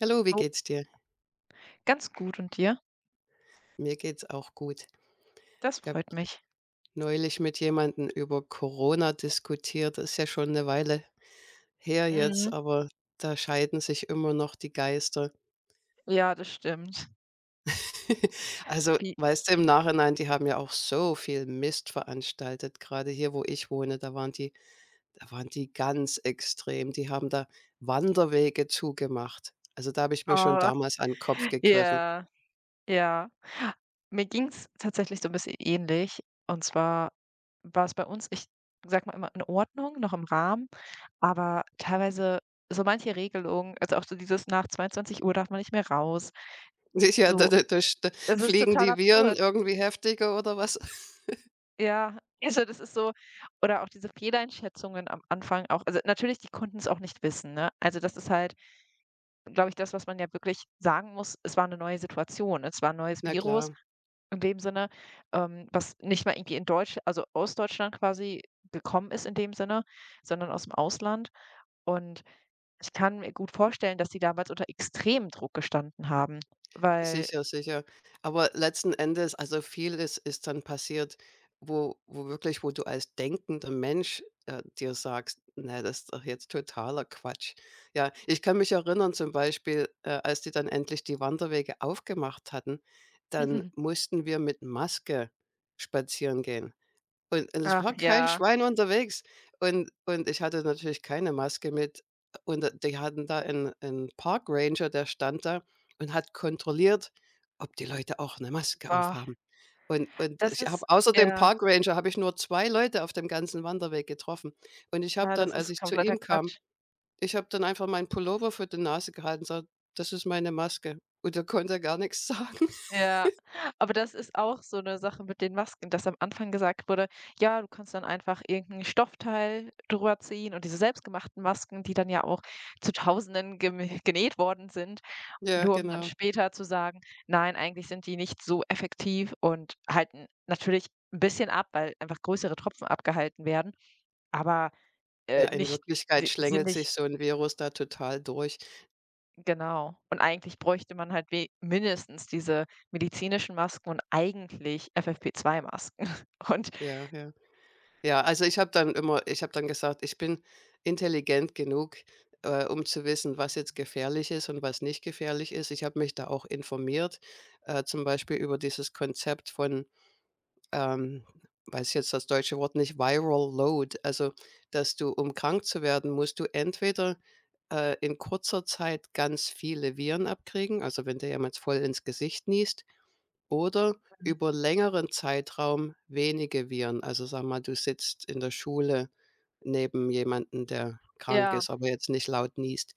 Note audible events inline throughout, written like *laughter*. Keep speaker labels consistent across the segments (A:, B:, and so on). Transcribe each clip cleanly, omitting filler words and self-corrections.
A: Hallo, wie
B: Oh,
A: geht's dir?
B: ganz gut und dir?
A: Mir geht's auch gut.
B: Das
A: Ich habe
B: freut mich.
A: neulich mit jemandem über Corona diskutiert. Das ist ja schon eine Weile her jetzt,
B: Mhm.
A: aber da scheiden sich immer noch die Geister.
B: Ja, das stimmt.
A: *laughs* Also,
B: Wie
A: weißt du, im Nachhinein, die haben ja auch so viel Mist veranstaltet. Gerade hier, wo ich wohne, da waren die ganz extrem. Die haben da Wanderwege zugemacht. Also, da habe ich mir schon
B: Oh,
A: damals an 'n Kopf gegriffen.
B: ja, ja. Mir ging's tatsächlich so ein bisschen ähnlich. Und zwar war es bei uns, ich sag mal, immer in Ordnung, noch im Rahmen, aber teilweise so manche Regelungen, also auch so dieses nach 22 Uhr darf man nicht mehr raus.
A: *laughs* Ja, da
B: So,
A: da da st
B: es ist
A: fliegen
B: total
A: die Viren
B: absurd.
A: irgendwie heftiger oder was? *laughs*
B: Ja, also das ist so, oder auch diese Fehleinschätzungen am Anfang, auch also natürlich, die konnten es auch nicht wissen, ne? Also das ist halt, glaube ich, das, was man ja wirklich sagen muss: Es war eine neue Situation. Es war 'n neues
A: Na
B: Virus
A: klar.
B: in dem Sinne, was nicht mal irgendwie in Deutsch, also aus Deutschland quasi, gekommen ist in dem Sinne, sondern aus dem Ausland. Und ich kann mir gut vorstellen, dass die damals unter extremem Druck gestanden haben, weil
A: Sicher, sicher. Aber letzten Endes, also vieles ist dann passiert, wo wirklich, wo du als denkender Mensch, dir sagst: „Ne, das ist doch jetzt totaler Quatsch.“ Ja, ich kann mich erinnern zum Beispiel, als die dann endlich die Wanderwege aufgemacht hatten, dann
B: *laughs*
A: mussten wir mit Maske spazieren gehen. Und es
B: Ach
A: war kein
B: ja,
A: Schwein unterwegs. Und ich hatte natürlich keine Maske mit. Und d die hatten da 'n Park Ranger, der stand da und hat kontrolliert, ob die Leute auch 'ne Maske
B: ah,
A: aufhaben. Und
B: das
A: ich habe
B: ist,
A: außer dem
B: ja,
A: Park Ranger habe ich nur 2 Leute auf dem ganzen Wanderweg getroffen. Und ich habe
B: ja,
A: dann,
B: das
A: als
B: ist
A: ich zu
B: kompletter
A: ihm kam,
B: Quatsch.
A: ich habe dann einfach meinen Pullover vor die Nase gehalten und gesagt: „Das ist meine Maske.“ Und da konnte er gar nix *laughs* sagen.
B: Ja, aber das ist auch so eine Sache mit den Masken, dass am Anfang gesagt wurde: „Ja, du kannst dann einfach irgendein Stoffteil drüber ziehen" und diese selbstgemachten Masken, die dann ja auch zu Tausenden gem genäht worden sind,
A: Ja,
B: nur um dann
A: genau.
B: später zu sagen: „Nein, eigentlich sind die nicht so effektiv und halten natürlich ein bisschen ab, weil einfach größere Tropfen abgehalten werden, aber,
A: Ja, in
B: nicht
A: Wirklichkeit
B: die sind
A: schlängelt
B: nicht."
A: sich so 'n Virus da total durch.
B: Genau. Und eigentlich bräuchte man halt we mindestens diese medizinischen Masken und eigentlich FFP2-Masken. *laughs* Und
A: Ja, ja. Ja, also ich habe dann gesagt, ich bin intelligent genug, um zu wissen, was jetzt gefährlich ist und was nicht gefährlich ist. Ich habe mich da auch informiert, zum Beispiel über dieses Konzept von, ähm, weiß jetzt das deutsche Wort nicht, Viral Load. Also, dass du, um krank zu werden, musst du entweder, in kurzer Zeit ganz viele Viren abkriegen, also wenn dir jemand voll ins Gesicht niest, oder
B: Mhm.
A: über längeren Zeitraum wenige Viren. Also, sag mal, du sitzt in der Schule neben jemanden, der krank
B: Ja,
A: ist, aber jetzt nicht laut niest.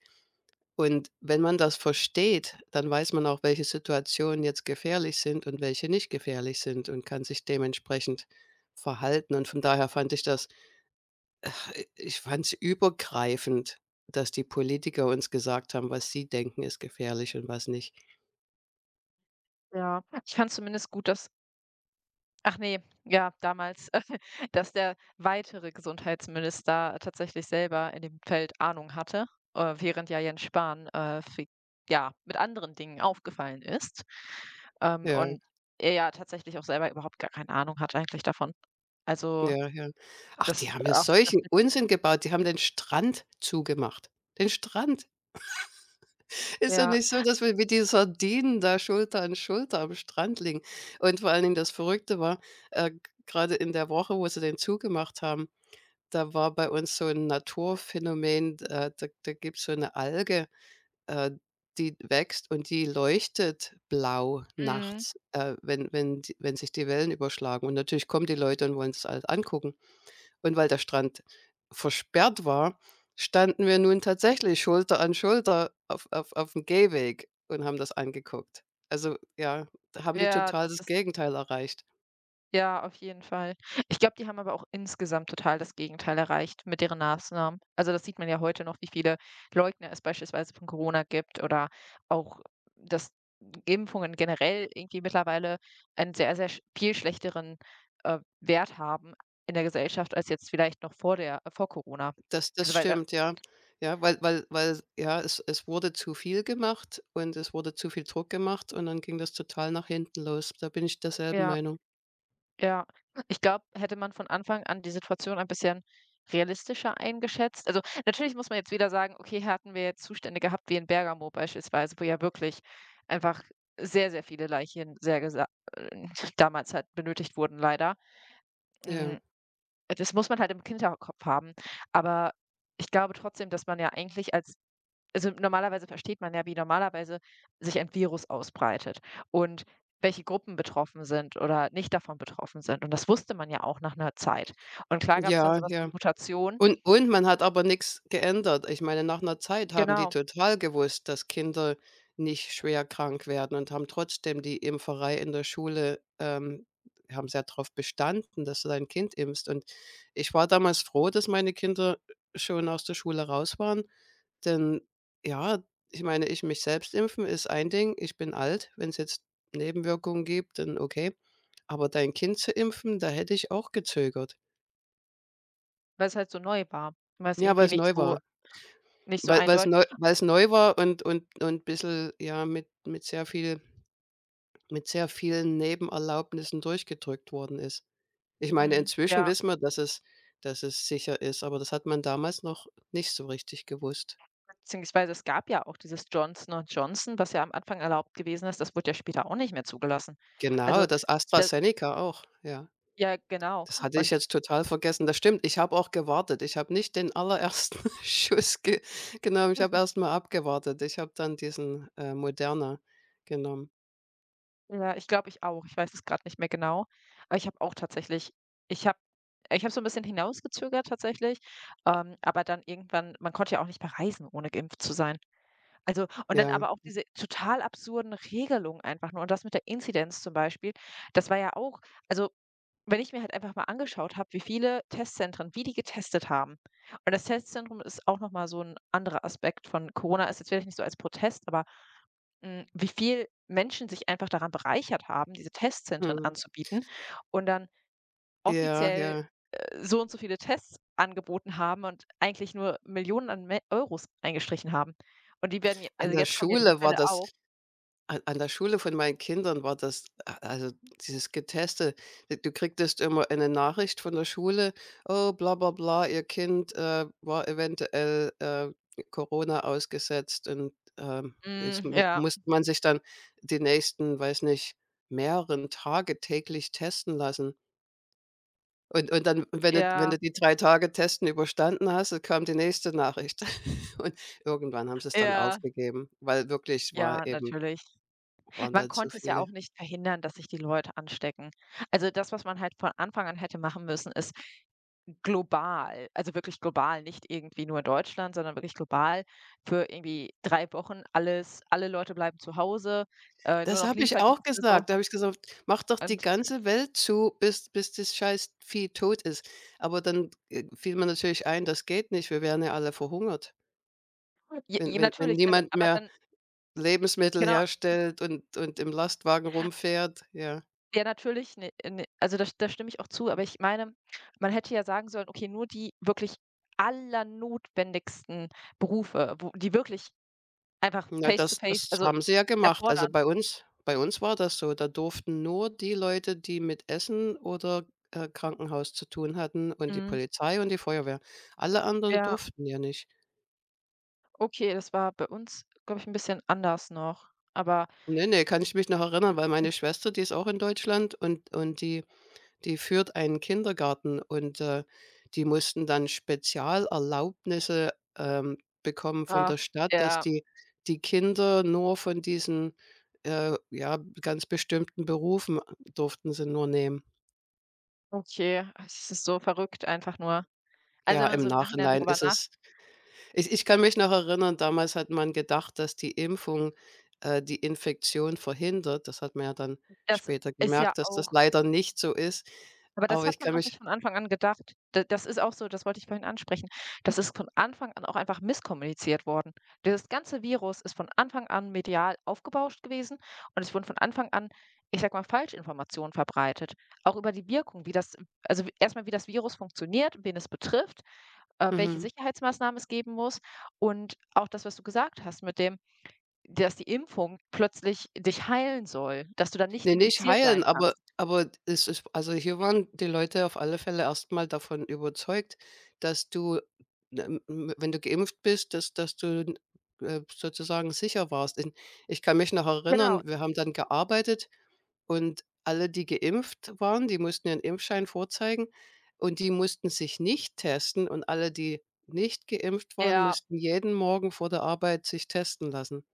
A: Und wenn man das versteht, dann weiß man auch, welche Situationen jetzt gefährlich sind und welche nicht gefährlich sind, und kann sich dementsprechend verhalten. Und von daher fand ich das ach, ich fand es übergreifend, dass die Politiker uns gesagt haben, was sie denken, ist gefährlich und was nicht.
B: ja, ich fand zumindest gut, dass ach nee, ja, damals, *laughs* dass der weitere Gesundheitsminister tatsächlich selber in dem Feld Ahnung hatte, während ja Jens Spahn, fi ja, mit anderen Dingen aufgefallen ist.
A: Ja.
B: Und er ja tatsächlich auch selber überhaupt gar keine Ahnung hat eigentlich davon. Also,
A: Ja, ja. Ach,
B: das
A: die haben ja
B: auch das
A: solchen
B: mit
A: Unsinn gebaut. Die haben den Strand zugemacht. Den Strand. Ist ja
B: der
A: nicht so, dass wir wie die Sardinen da Schulter an Schulter am Strand liegen. Und vor allen Dingen das Verrückte war, g grade in der Woche, wo sie den zugemacht haben, da war bei uns so ein Naturphänomen, da gibt's so eine Alge, äh, die wächst und die leuchtet blau
B: Mhm.
A: nachts, wenn sich die Wellen überschlagen. Und natürlich kommen die Leute und wollen es halt angucken. Und weil der Strand versperrt war, standen wir nun tatsächlich Schulter an Schulter auf dem Gehweg und haben das angeguckt. Also, ja, da haben die
B: Ja,
A: total
B: das
A: das
B: ist,
A: Gegenteil erreicht.
B: ja, auf jeden Fall. Ich glaube, die haben aber auch insgesamt total das Gegenteil erreicht mit deren Maßnahmen. Also, das sieht man ja heute noch, wie viele Leugner es beispielsweise von Corona gibt oder auch, dass Impfungen generell irgendwie mittlerweile einen sehr, sehr sch viel schlechteren, Wert haben in der Gesellschaft als jetzt vielleicht noch vor Corona.
A: Das
B: Also, weil da
A: stimmt, ja. Ja, weil ja, es wurde zu viel gemacht und es wurde zu viel Druck gemacht, und dann ging das total nach hinten los. Da bin ich derselben
B: ja.
A: Meinung.
B: Ja, ich glaube, hätte man von Anfang an die Situation ein bisschen realistischer eingeschätzt, also natürlich muss man jetzt wieder sagen: „Okay, hier hatten wir jetzt Zustände gehabt wie in Bergamo beispielsweise, wo ja wirklich einfach sehr, sehr viele Leichen sehr gesa äh, *laughs* damals halt benötigt wurden, leider."
A: Ja.
B: Hm, Das muss man halt im Hinterkopf haben. Aber ich glaube trotzdem, dass man ja eigentlich als, also normalerweise versteht man ja, wie normalerweise sich ein Virus ausbreitet und welche Gruppen betroffen sind oder nicht davon betroffen sind. Und das wusste man ja auch nach einer Zeit. Und klar gab es dann
A: Ja,
B: sowas wie
A: ja.
B: Mutation,
A: Und man hat aber nichts geändert. Ich meine, nach einer Zeit haben die
B: genau,
A: total gewusst, dass Kinder nicht schwer krank werden, und haben trotzdem die Impferei in der Schule, haben sehr darauf bestanden, dass du dein Kind impfst. Und ich war damals froh, dass meine Kinder schon aus der Schule raus waren, denn ja, ich meine, ich mich selbst impfen ist ein Ding. Ich bin alt. Wenn es jetzt Nebenwirkungen gibt, dann okay. Aber dein Kind zu impfen, da hätte ich auch gezögert.
B: weil es halt so neu war, weil es
A: Ja, weil
B: irgendwie
A: es
B: nicht
A: neu
B: so
A: war. Weil weil's neu
B: eindeutig,
A: weil's neu war und und bisschen, ja, mit sehr viel, mit sehr vielen Nebenerlaubnissen durchgedrückt worden ist. Ich meine,
B: mhm,
A: inzwischen
B: ja,
A: wissen wir, dass es sicher ist, aber das hat man damals noch nicht so richtig gewusst.
B: beziehungsweise es gab ja auch dieses Johnson& und Johnson, was ja am Anfang erlaubt gewesen ist, das wurde ja später auch nicht mehr zugelassen.
A: Genau,
B: Also,
A: das
B: da,
A: AstraZeneca auch, ja.
B: ja, genau.
A: Das hatte ich
B: Und
A: jetzt total vergessen. Das stimmt, ich habe auch gewartet. Ich habe nicht den allerersten *laughs* Schuss ge genommen. Ich habe erst mal abgewartet. Ich habe dann diesen, Moderna genommen.
B: ja, ich glaube, ich auch. Ich weiß es gerade nicht mehr genau. Aber ich habe auch tatsächlich, ich habe ich habe so ein bisschen hinausgezögert tatsächlich, aber dann irgendwann, man konnte ja auch nicht mehr reisen, ohne geimpft zu sein. Also, und dann
A: Ja,
B: aber auch diese total absurden Regelungen, einfach nur, und das mit der Inzidenz zum Beispiel, das war ja auch, also wenn ich mir halt einfach mal angeschaut habe, wie viele Testzentren, wie die getestet haben. Und das Testzentrum ist auch noch mal so ein anderer Aspekt von Corona, ist jetzt vielleicht nicht so als Protest, aber, wie viel Menschen sich einfach daran bereichert haben, diese Testzentren
A: mhm.
B: anzubieten und dann
A: Ja,
B: offiziell,
A: ja.
B: so und so viele Tests angeboten haben und eigentlich nur Millionen an Me Euros eingestrichen haben. Und die werden je,
A: An
B: also,
A: der
B: jetzt kommen ja diese
A: Schule war
B: Fälle
A: das
B: auf.
A: an der Schule von meinen Kindern war das a also, dieses Geteste. D du kriegtest immer eine Nachricht von der Schule: „Oh, bla bla bla, Ihr Kind, war eventuell, Corona ausgesetzt“, und, jetzt
B: Mhm,
A: mu
B: ja,
A: musste man sich dann die nächsten, weiß nicht, mehreren Tage täglich testen lassen. Und dann, wenn
B: ja,
A: du die 3 Tage Testen überstanden hast, dann kam die nächste Nachricht. *laughs* Und irgendwann haben sie es dann
B: ja,
A: aufgegeben, weil wirklich
B: ja, natürlich.
A: waren
B: Man
A: dann zu
B: konnte es ja
A: viele.
B: auch nicht verhindern, dass sich die Leute anstecken. Also, das, was man halt von Anfang an hätte machen müssen, ist global, also wirklich global, nicht irgendwie nur in Deutschland, sondern wirklich global für irgendwie 3 Wochen alle Leute bleiben zu Hause, nur
A: Das
B: noch
A: habe ich auch
B: Lieferdienste, so
A: gesagt. Da habe ich gesagt: „Mach doch die
B: und
A: ganze Welt zu, bis das Scheißvieh tot ist.“ Aber dann, fiel mir natürlich ein, das geht nicht. Wir wären ja alle verhungert.
B: j
A: Wenn
B: j
A: wenn wenn
B: natürlich, also
A: niemand
B: aber
A: mehr
B: dann,
A: Lebensmittel
B: genau,
A: herstellt und im Lastwagen rumfährt, ja.
B: ja natürlich, ne, also da stimme ich auch zu, aber ich meine, man hätte ja sagen sollen: „Okay, nur die wirklich allernotwendigsten Berufe, wo die wirklich einfach
A: Na,
B: face to
A: das
B: face,
A: das
B: also
A: haben sie ja gemacht. Also,
B: Erfordern."
A: bei uns war das so. Da durften nur die Leute, die mit Essen oder, Krankenhaus zu tun hatten, und die
B: Mhm.
A: Polizei und die Feuerwehr. Alle anderen
B: Ja,
A: durften ja nicht.
B: okay, das war bei uns, glaube ich, ein bisschen anders noch. Aber,
A: Ne, ne, kann ich mich noch erinnern, weil meine Schwester, die ist auch in Deutschland, und die, die führt einen Kindergarten und, die mussten dann Spezialerlaubnisse, ähm, bekommen von
B: ah,
A: der Stadt, dass
B: ja,
A: die die Kinder nur von diesen, ja, ganz bestimmten Berufen durften sie nur nehmen.
B: okay. Es ist so verrückt, einfach nur. Also,
A: Ja,
B: wenn man
A: im
B: so im Nachhinein
A: Nachhinein
B: drüber
A: ist
B: nachdenkt,
A: es, ich kann mich noch erinnern, damals hat man gedacht, dass die Impfung, die Infektion verhindert. Das hat man ja dann
B: das
A: später
B: ist ja
A: gemerkt, dass das
B: auch.
A: leider nicht so ist.
B: Aber das
A: Aber
B: hat
A: ich
B: man
A: kann
B: auch
A: mich
B: nicht von Anfang an gedacht. D das ist auch so, das wollte ich vorhin ansprechen. Das ist von Anfang an auch einfach misskommuniziert worden. Das ganze Virus ist von Anfang an medial aufgebauscht gewesen und es wurden von Anfang an, ich sag mal, Falschinformationen verbreitet, auch über die Wirkung, wie das also erst mal, wie das Virus funktioniert, wen es betrifft, welche
A: mhm.
B: Sicherheitsmaßnahmen es geben muss und auch das, was du gesagt hast mit dem, dass die Impfung plötzlich dich heilen soll, dass du dann nicht
A: Ne, nicht
B: infiziert sein
A: heilen,
B: kannst.
A: aber es ist, also hier waren die Leute auf alle Fälle erstmal davon überzeugt, dass du, wenn du geimpft bist, dass du, sozusagen sicher warst. In Ich kann mich noch
B: Genau,
A: erinnern, wir haben dann gearbeitet. Und alle, die geimpft waren, die mussten ihren Impfschein vorzeigen, und die mussten sich nicht testen, und alle, die nicht geimpft waren,
B: ja.
A: mussten jeden Morgen vor der Arbeit sich testen lassen.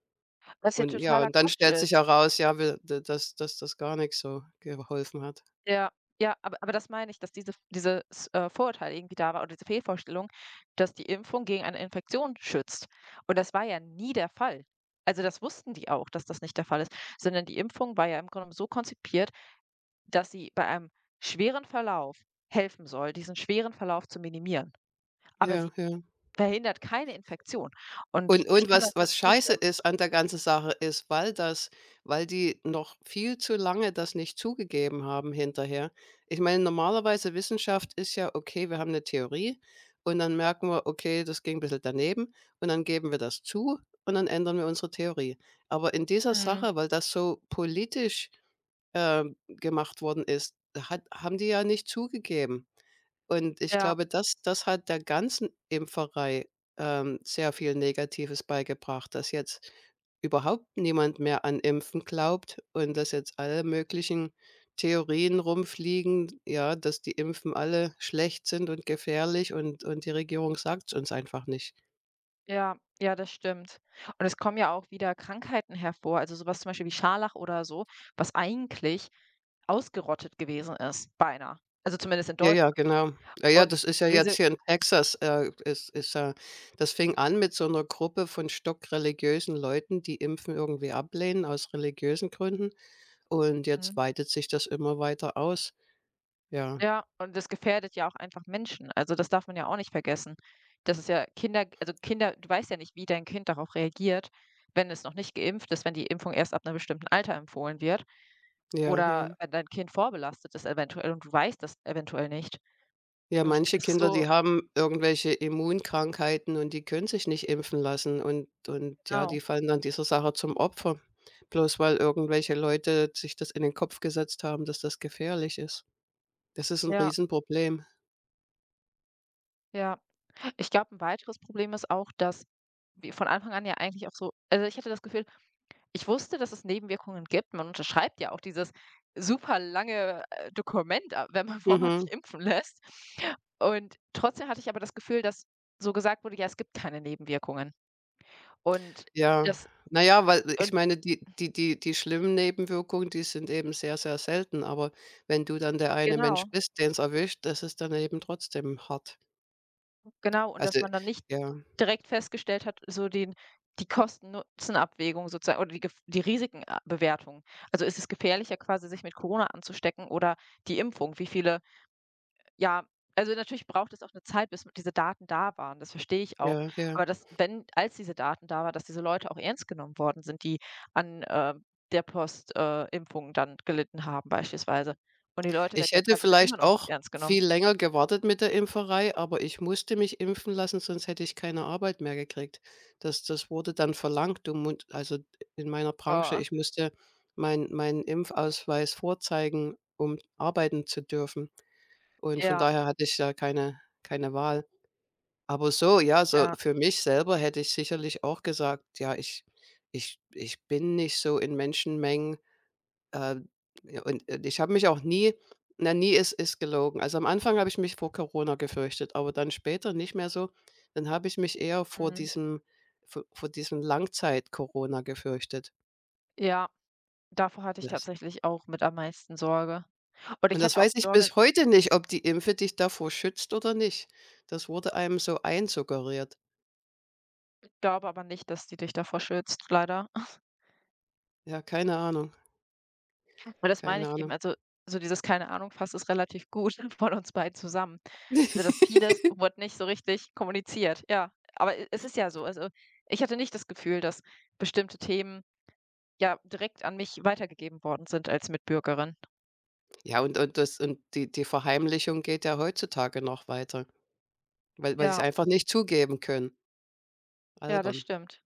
B: Was ja
A: Und ja,
B: totaler
A: und dann
B: Quatsch
A: stellt sich
B: ist.
A: heraus, ja, wir d dass dass das gar nix so geholfen hat.
B: Ja, ja, aber das meine ich, dass dieses, Vorurteil irgendwie da war oder diese Fehlvorstellung, dass die Impfung gegen eine Infektion schützt. Und das war ja nie der Fall. Also, das wussten die auch, dass das nicht der Fall ist, sondern die Impfung war ja im Grunde so konzipiert, dass sie bei einem schweren Verlauf helfen soll, diesen schweren Verlauf zu minimieren. Aber
A: Ja,
B: sie
A: ja.
B: verhindert keine Infektion und ich
A: Und
B: kann da
A: was
B: nur
A: was scheiße
B: zustimmen.
A: ist an der ganzen Sache ist, weil die noch viel zu lange das nicht zugegeben haben hinterher. Ich meine, normalerweise Wissenschaft ist ja: Okay, wir haben eine Theorie, und dann merken wir: „Okay, das ging ein bisschen daneben“, und dann geben wir das zu, und dann ändern wir unsere Theorie. Aber in dieser
B: Mhm,
A: Sache, weil das so politisch, gemacht worden ist, hat haben die ja nicht zugegeben. Und ich
B: ja.
A: glaube, das hat der ganzen Impferei, sehr viel Negatives beigebracht, dass jetzt überhaupt niemand mehr an Impfen glaubt, und dass jetzt alle möglichen Theorien rumfliegen, ja, dass die Impfen alle schlecht sind und gefährlich, und die Regierung sagt's uns einfach nicht.
B: Ja, ja, das stimmt. Und es kommen ja auch wieder Krankheiten hervor, also sowas zum Beispiel wie Scharlach oder so, was eigentlich ausgerottet gewesen ist, beinahe. Also zumindest in
A: Ja, ja,
B: Deutschland.
A: genau. Ja, ja,
B: Und
A: das ist ja jetzt
B: diese
A: hier in Texas, ist ja, das fing an mit so einer Gruppe von stockreligiösen Leuten, die Impfen irgendwie ablehnen aus religiösen Gründen. Und jetzt
B: Mhm,
A: weitet sich das immer weiter aus. Ja,
B: ja, und das gefährdet ja auch einfach Menschen. Also, das darf man ja auch nicht vergessen. Das ist ja Kinder, also Kinder, du weißt ja nicht, wie dein Kind darauf reagiert, wenn es noch nicht geimpft ist, wenn die Impfung erst ab einem bestimmten Alter empfohlen wird
A: ja,
B: oder
A: ja.
B: wenn dein Kind vorbelastet ist eventuell und du weißt das eventuell nicht.
A: Ja,
B: Und ich finde,
A: manche
B: das ist
A: Kinder,
B: so,
A: die haben irgendwelche Immunkrankheiten und die können sich nicht impfen lassen, und ja,
B: genau.
A: die fallen dann dieser Sache zum Opfer, bloß weil irgendwelche Leute sich das in den Kopf gesetzt haben, dass das gefährlich ist. Das ist ein
B: Ja,
A: Riesenproblem.
B: ja. Ich glaube, ein weiteres Problem ist auch, dass wir von Anfang an ja eigentlich auch so, also, ich hatte das Gefühl, ich wusste, dass es Nebenwirkungen gibt. Man unterschreibt ja auch dieses super lange, Dokument, a wenn man *laughs* bevor man sich
A: Mhm,
B: impfen lässt. Und trotzdem hatte ich aber das Gefühl, dass so gesagt wurde: „Ja, es gibt keine Nebenwirkungen." Und
A: ja.
B: das
A: Naja, weil ich
B: und
A: meine, die die schlimmen Nebenwirkungen, die sind eben sehr, sehr selten, aber wenn du dann der eine
B: genau,
A: Mensch bist, den es erwischt, das ist dann eben trotzdem hart.
B: genau. Und
A: Also,
B: dass man dann nicht
A: ja,
B: direkt festgestellt hat, so den die Kosten-Nutzen-Abwägung sozusagen oder die Risiken-Bewertung. Also, ist es gefährlicher quasi, sich mit Corona anzustecken oder die Impfung? Wie viele Ja, also natürlich braucht es auch eine Zeit, bis diese Daten da waren, das verstehe ich auch.
A: ja, ja.
B: Aber dass, wenn als diese Daten da waren, dass diese Leute auch ernst genommen worden sind, die an, äh, der Post Impfung dann gelitten haben beispielsweise. Und die Leute werden
A: Ich
B: ja
A: hätte
B: teilweise immer
A: vielleicht
B: noch nicht
A: auch
B: ernst genommen.
A: viel länger gewartet mit der Impferei, aber ich musste mich impfen lassen, sonst hätte ich keine Arbeit mehr gekriegt. Das wurde dann verlangt. Du mu Also, in meiner Branche,
B: Oh,
A: ich musste meinen Impfausweis vorzeigen, um arbeiten zu dürfen. Und von
B: ja,
A: daher hatte ich da keine Wahl. Aber so, ja, so
B: ja,
A: für mich selber hätte ich sicherlich auch gesagt: „Ja, ich bin nicht so in Menschenmengen.“ Äh, ja, und, ich habe mich auch nie na, nie ist gelogen. Also, am Anfang habe ich mich vor Corona gefürchtet, aber dann später nicht mehr so. Dann habe ich mich eher vor
B: mhm,
A: diesem, v vor diesem Langzeit-Corona gefürchtet.
B: ja. Davor hatte ich
A: Das
B: tatsächlich auch mit am meisten Sorge. Und
A: Und
B: ich
A: das
B: hatte auch
A: weiß ich
B: Sorge,
A: bis heute nicht, ob die Impfe dich davor schützt oder nicht. Das wurde einem so einsuggeriert.
B: glaube aber nicht, dass die dich davor schützt, leider. *laughs*
A: Ja, keine Ahnung,
B: Weil das meine
A: keine
B: ich eben,
A: Ahnung.
B: also so dieses „keine Ahnung" fasst es relativ gut *laughs* von uns beiden zusammen. Also, das
A: *laughs*
B: vieles wurde nicht so richtig kommuniziert, ja. Aber e es ist ja so, also ich hatte nicht das Gefühl, dass bestimmte Themen, ja, direkt an mich weitergegeben worden sind als Mitbürgerin.
A: Ja, und das und die die Verheimlichung geht ja heutzutage noch weiter, weil sie's
B: Ja,
A: einfach nicht zugeben können.
B: ja, das
A: Albern.
B: stimmt.